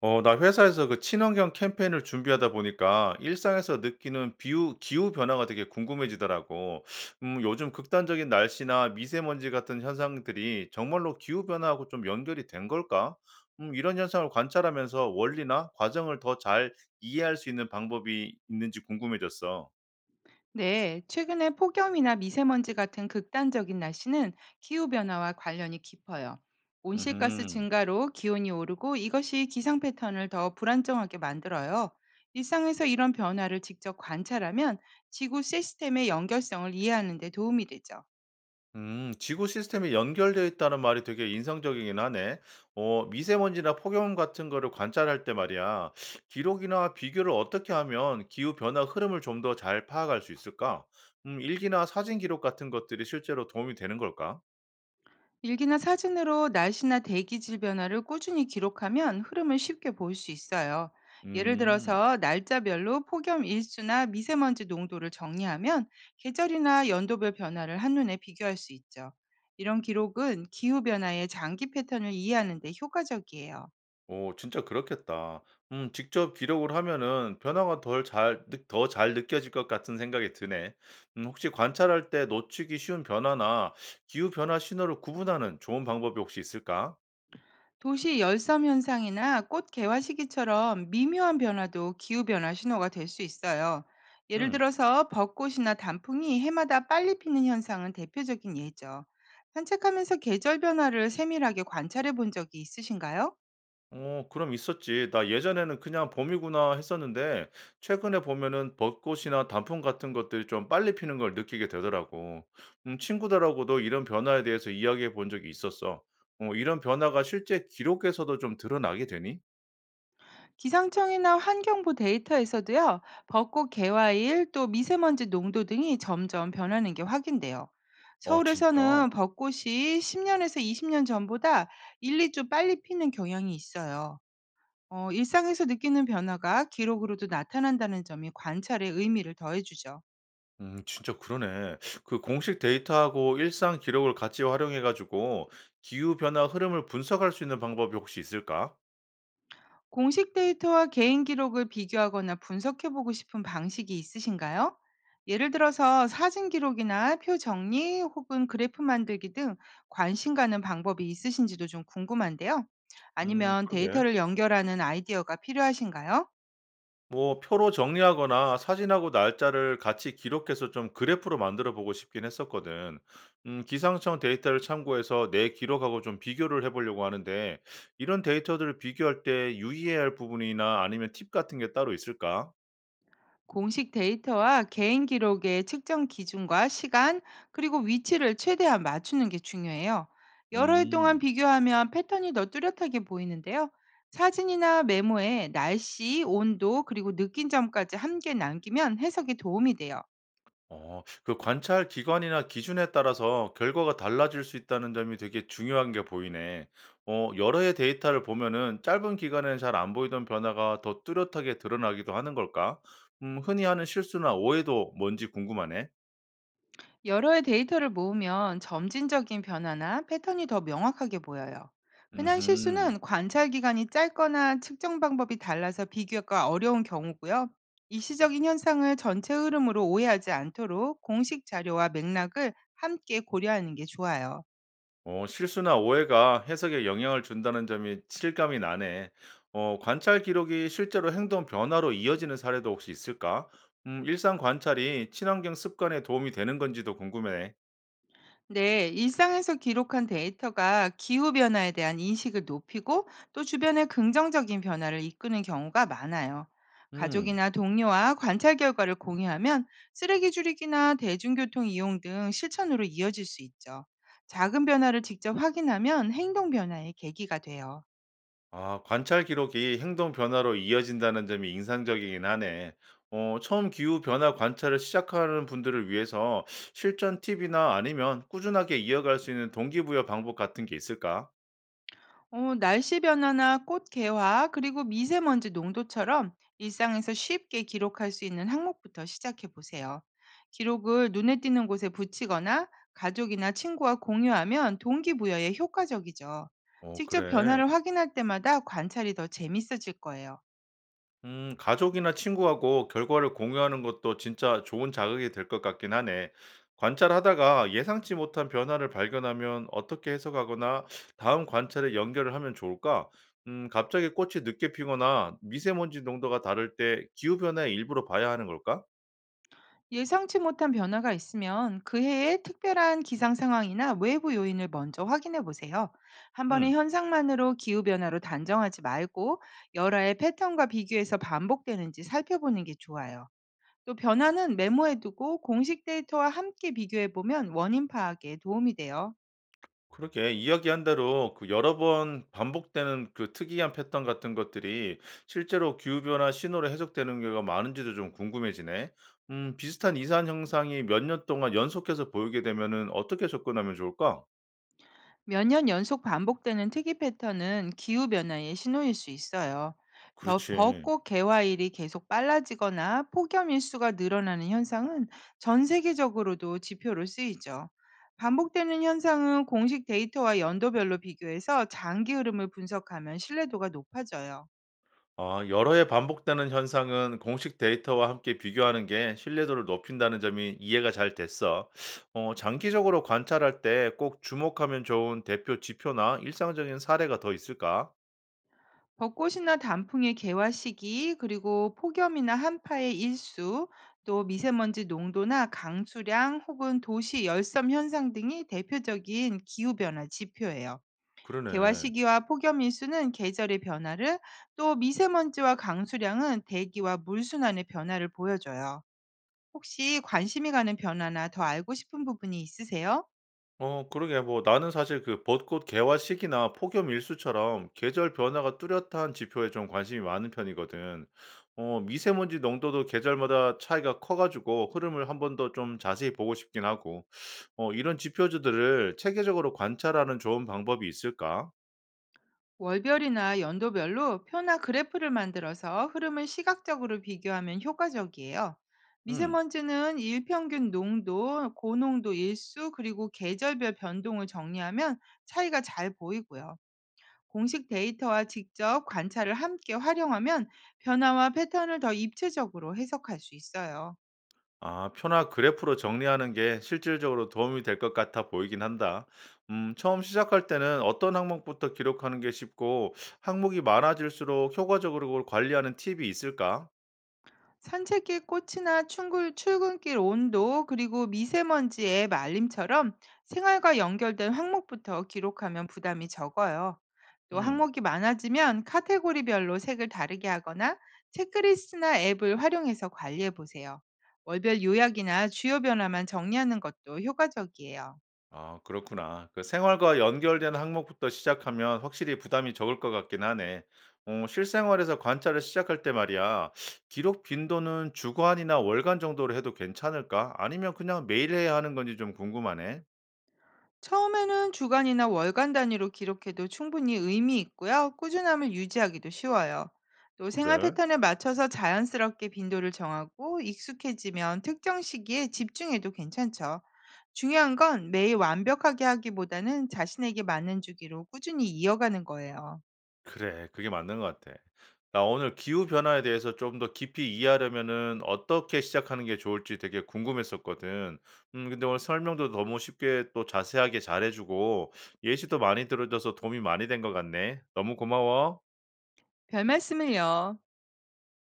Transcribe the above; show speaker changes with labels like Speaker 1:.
Speaker 1: 나 회사에서 그 친환경 캠페인을 준비하다 보니까 일상에서 느끼는 기후 변화가 되게 궁금해지더라고. 요즘 극단적인 날씨나 미세먼지 같은 현상들이 정말로 기후 변화하고 좀 연결이 된 걸까? 이런 현상을 관찰하면서 원리나 과정을 더 잘 이해할 수 있는 방법이 있는지 궁금해졌어.
Speaker 2: 네, 최근에 폭염이나 미세먼지 같은 극단적인 날씨는 기후변화와 관련이 깊어요. 온실가스
Speaker 1: 음.
Speaker 2: 증가로 기온이 오르고 이것이 기상 패턴을 더 불안정하게 만들어요. 일상에서 이런 변화를 직접 관찰하면 지구 시스템의 연결성을 이해하는 데 도움이 되죠.
Speaker 1: 지구 시스템이 연결되어 있다는 말이 되게 인상적이긴 하네. 미세먼지나 폭염 같은 거를 관찰할 때 말이야. 기록이나 비교를 어떻게 하면 기후 변화 흐름을 좀 더 잘 파악할 수 있을까? 일기나 사진 기록 같은 것들이 실제로 도움이 되는 걸까?
Speaker 2: 일기나 사진으로 날씨나 대기질 변화를 꾸준히 기록하면 흐름을 쉽게 볼 수 있어요. 예를
Speaker 1: 음,
Speaker 2: 들어서 날짜별로 폭염 일수나 미세먼지 농도를 정리하면 계절이나 연도별 변화를 한눈에 비교할 수 있죠. 이런 기록은 기후 변화의 장기 패턴을 이해하는 데 효과적이에요.
Speaker 1: 오, 진짜 그렇겠다. 직접 기록을 하면은 변화가 더 잘 느껴질 것 같은 생각이 드네. 혹시 관찰할 때 놓치기 쉬운 변화나 기후 변화 신호를 구분하는 좋은 방법이 혹시 있을까?
Speaker 2: 도시 열섬 현상이나 꽃 개화 시기처럼 미묘한 변화도 기후 변화 신호가 될 수 있어요. 예를
Speaker 1: 음.
Speaker 2: 들어서 벚꽃이나 단풍이 해마다 빨리 피는 현상은 대표적인 예죠. 산책하면서 계절 변화를 세밀하게 관찰해 본 적이 있으신가요?
Speaker 1: 어, 그럼 있었지. 나 예전에는 그냥 봄이구나 했었는데 최근에 보면은 벚꽃이나 단풍 같은 것들이 좀 빨리 피는 걸 느끼게 되더라고. 음, 친구들하고도 이런 변화에 대해서 이야기해 본 적이 있었어. 어, 이런 변화가 실제 기록에서도 좀 드러나게 되니?
Speaker 2: 기상청이나 환경부 데이터에서도요, 벚꽃 개화일 또 미세먼지 농도 등이 점점 변하는 게 확인돼요.
Speaker 1: 어, 진짜.
Speaker 2: 서울에서는 벚꽃이 10년에서 20년 전보다 1, 2주 빨리 피는 경향이 있어요. 일상에서 느끼는 변화가 기록으로도 나타난다는 점이 관찰의 의미를 더해주죠.
Speaker 1: 음, 진짜 그러네. 그 공식 데이터하고 일상 기록을 같이 활용해 가지고 기후 변화 흐름을 분석할 수 있는 방법이 혹시 있을까?
Speaker 2: 공식 데이터와 개인 기록을 비교하거나 분석해보고 싶은 방식이 있으신가요? 예를 들어서 사진 기록이나 표 정리 혹은 그래프 만들기 등 관심 가는 방법이 있으신지도 좀 궁금한데요.
Speaker 1: 음,
Speaker 2: 아니면
Speaker 1: 그러게.
Speaker 2: 데이터를 연결하는 아이디어가 필요하신가요?
Speaker 1: 뭐 표로 정리하거나 사진하고 날짜를 같이 기록해서 좀 그래프로 만들어 보고 싶긴 했었거든. 기상청 데이터를 참고해서 내 기록하고 좀 비교를 해보려고 하는데, 이런 데이터들을 비교할 때 유의해야 할 부분이나 아니면 팁 같은 게 따로 있을까?
Speaker 2: 공식 데이터와 개인 기록의 측정 기준과 시간, 그리고 위치를 최대한 맞추는 게 중요해요. 여러 해 동안
Speaker 1: 음.
Speaker 2: 비교하면 패턴이 더 뚜렷하게 보이는데요. 사진이나 메모에 날씨, 온도, 그리고 느낀 점까지 함께 남기면 해석에 도움이 돼요.
Speaker 1: 어. 그 관찰 기관이나 기준에 따라서 결과가 달라질 수 있다는 점이 되게 중요한 게 보이네. 어, 여러 해 데이터를 보면은 짧은 기간에는 잘 안 보이던 변화가 더 뚜렷하게 드러나기도 하는 걸까? 음, 흔히 하는 실수나 오해도 뭔지 궁금하네.
Speaker 2: 여러의 데이터를 모으면 점진적인 변화나 패턴이 더 명확하게 보여요. 흔한
Speaker 1: 음.
Speaker 2: 실수는 관찰 기간이 짧거나 측정 방법이 달라서 비교가 어려운 경우고요. 일시적인 현상을 전체 흐름으로 오해하지 않도록 공식 자료와 맥락을 함께 고려하는 게 좋아요.
Speaker 1: 어, 실수나 오해가 해석에 영향을 준다는 점이 실감이 나네. 어, 관찰 기록이 실제로 행동 변화로 이어지는 사례도 혹시 있을까? 음, 일상 관찰이 친환경 습관에 도움이 되는 건지도 궁금해.
Speaker 2: 네, 일상에서 기록한 데이터가 기후변화에 대한 인식을 높이고 또 주변의 긍정적인 변화를 이끄는 경우가 많아요.
Speaker 1: 음.
Speaker 2: 가족이나 동료와 관찰 결과를 공유하면 쓰레기 줄이기나 대중교통 이용 등 실천으로 이어질 수 있죠. 작은 변화를 직접 확인하면 행동 변화의 계기가 돼요.
Speaker 1: 아, 관찰 기록이 행동 변화로 이어진다는 점이 인상적이긴 하네. 처음 기후 변화 관찰을 시작하는 분들을 위해서 실전 팁이나 아니면 꾸준하게 이어갈 수 있는 동기부여 방법 같은 게 있을까?
Speaker 2: 날씨 변화나 꽃 개화, 그리고 미세먼지 농도처럼 일상에서 쉽게 기록할 수 있는 항목부터 시작해 보세요. 기록을 눈에 띄는 곳에 붙이거나 가족이나 친구와 공유하면 동기부여에 효과적이죠.
Speaker 1: 어,
Speaker 2: 직접
Speaker 1: 그래.
Speaker 2: 변화를 확인할 때마다 관찰이 더 재밌어질 거예요.
Speaker 1: 가족이나 친구하고 결과를 공유하는 것도 진짜 좋은 자극이 될 것 같긴 하네. 관찰하다가 예상치 못한 변화를 발견하면 어떻게 해석하거나 다음 관찰에 연결을 하면 좋을까? 갑자기 꽃이 늦게 피거나 미세먼지 농도가 다를 때 기후변화의 일부러 봐야 하는 걸까?
Speaker 2: 예상치 못한 변화가 있으면 그 해의 특별한 기상 상황이나 외부 요인을 먼저 확인해 보세요. 한 번의
Speaker 1: 음.
Speaker 2: 현상만으로 기후 변화로 단정하지 말고 열화의 패턴과 비교해서 반복되는지 살펴보는 게 좋아요. 또 변화는 메모해 두고 공식 데이터와 함께 비교해 보면 원인 파악에 도움이 돼요.
Speaker 1: 그러게, 이야기한 대로 그 여러 번 반복되는 그 특이한 패턴 같은 것들이 실제로 기후 변화 신호로 해석되는 경우가 많은지도 좀 궁금해지네. 비슷한 이산 현상이 몇 년 동안 연속해서 보이게 되면은 어떻게 접근하면 좋을까?
Speaker 2: 몇 년 연속 반복되는 특이 패턴은 기후변화의 신호일 수 있어요.
Speaker 1: 그렇지.
Speaker 2: 벚꽃 개화일이 계속 빨라지거나 폭염 일수가 늘어나는 현상은 전 세계적으로도 지표로 쓰이죠. 반복되는 현상은 공식 데이터와 연도별로 비교해서 장기 흐름을 분석하면 신뢰도가 높아져요.
Speaker 1: 아, 여러 해 반복되는 현상은 공식 데이터와 함께 비교하는 게 신뢰도를 높인다는 점이 이해가 잘 됐어. 어, 장기적으로 관찰할 때 꼭 주목하면 좋은 대표 지표나 일상적인 사례가 더 있을까?
Speaker 2: 벚꽃이나 단풍의 개화 시기, 그리고 폭염이나 한파의 일수, 또 미세먼지 농도나 강수량 혹은 도시 열섬 현상 등이 대표적인 기후변화 지표예요. 개화
Speaker 1: 그러네.
Speaker 2: 시기와 폭염 일수는 계절의 변화를, 또 미세먼지와 강수량은 대기와 물순환의 변화를 보여줘요. 혹시 관심이 가는 변화나 더 알고 싶은 부분이 있으세요?
Speaker 1: 어, 그러게, 뭐 나는 사실 그 벚꽃 개화 시기나 폭염 일수처럼 계절 변화가 뚜렷한 지표에 좀 관심이 많은 편이거든. 어, 미세먼지 농도도 계절마다 차이가 커 가지고 흐름을 한번 더 좀 자세히 보고 싶긴 하고. 어, 이런 지표들을 체계적으로 관찰하는 좋은 방법이 있을까?
Speaker 2: 월별이나 연도별로 표나 그래프를 만들어서 흐름을 시각적으로 비교하면 효과적이에요.
Speaker 1: 음.
Speaker 2: 미세먼지는 일평균 농도, 고농도 일수, 그리고 계절별 변동을 정리하면 차이가 잘 보이고요. 공식 데이터와 직접 관찰을 함께 활용하면 변화와 패턴을 더 입체적으로 해석할 수 있어요.
Speaker 1: 아, 표나 그래프로 정리하는 게 실질적으로 도움이 될 것 같아 보이긴 한다. 처음 시작할 때는 어떤 항목부터 기록하는 게 쉽고, 항목이 많아질수록 효과적으로 관리하는 팁이 있을까?
Speaker 2: 산책길 꽃이나 출근, 출근길 온도, 그리고 미세먼지의 말림처럼 생활과 연결된 항목부터 기록하면 부담이 적어요. 또
Speaker 1: 음,
Speaker 2: 항목이 많아지면 카테고리별로 색을 다르게 하거나 체크리스트나 앱을 활용해서 관리해 보세요. 월별 요약이나 주요 변화만 정리하는 것도 효과적이에요.
Speaker 1: 아, 그렇구나. 그 생활과 연결된 항목부터 시작하면 확실히 부담이 적을 것 같긴 하네. 어, 실생활에서 관찰을 시작할 때 말이야, 기록 빈도는 주간이나 월간 정도로 해도 괜찮을까? 아니면 그냥 매일 해야 하는 건지 좀 궁금하네.
Speaker 2: 처음에는 주간이나 월간 단위로 기록해도 충분히 의미 있고요. 꾸준함을 유지하기도 쉬워요. 또 생활
Speaker 1: 그래.
Speaker 2: 패턴에 맞춰서 자연스럽게 빈도를 정하고 익숙해지면 특정 시기에 집중해도 괜찮죠. 중요한 건 매일 완벽하게 하기보다는 자신에게 맞는 주기로 꾸준히 이어가는 거예요.
Speaker 1: 그래, 그게 맞는 것 같아. 나 오늘 기후 변화에 대해서 좀 더 깊이 이해하려면은 어떻게 시작하는 게 좋을지 되게 궁금했었거든. 음, 근데 오늘 설명도 너무 쉽게 또 자세하게 잘해 주고 예시도 많이 들어 줘서 도움이 많이 된 것 같네. 너무 고마워.
Speaker 2: 별 말씀을요.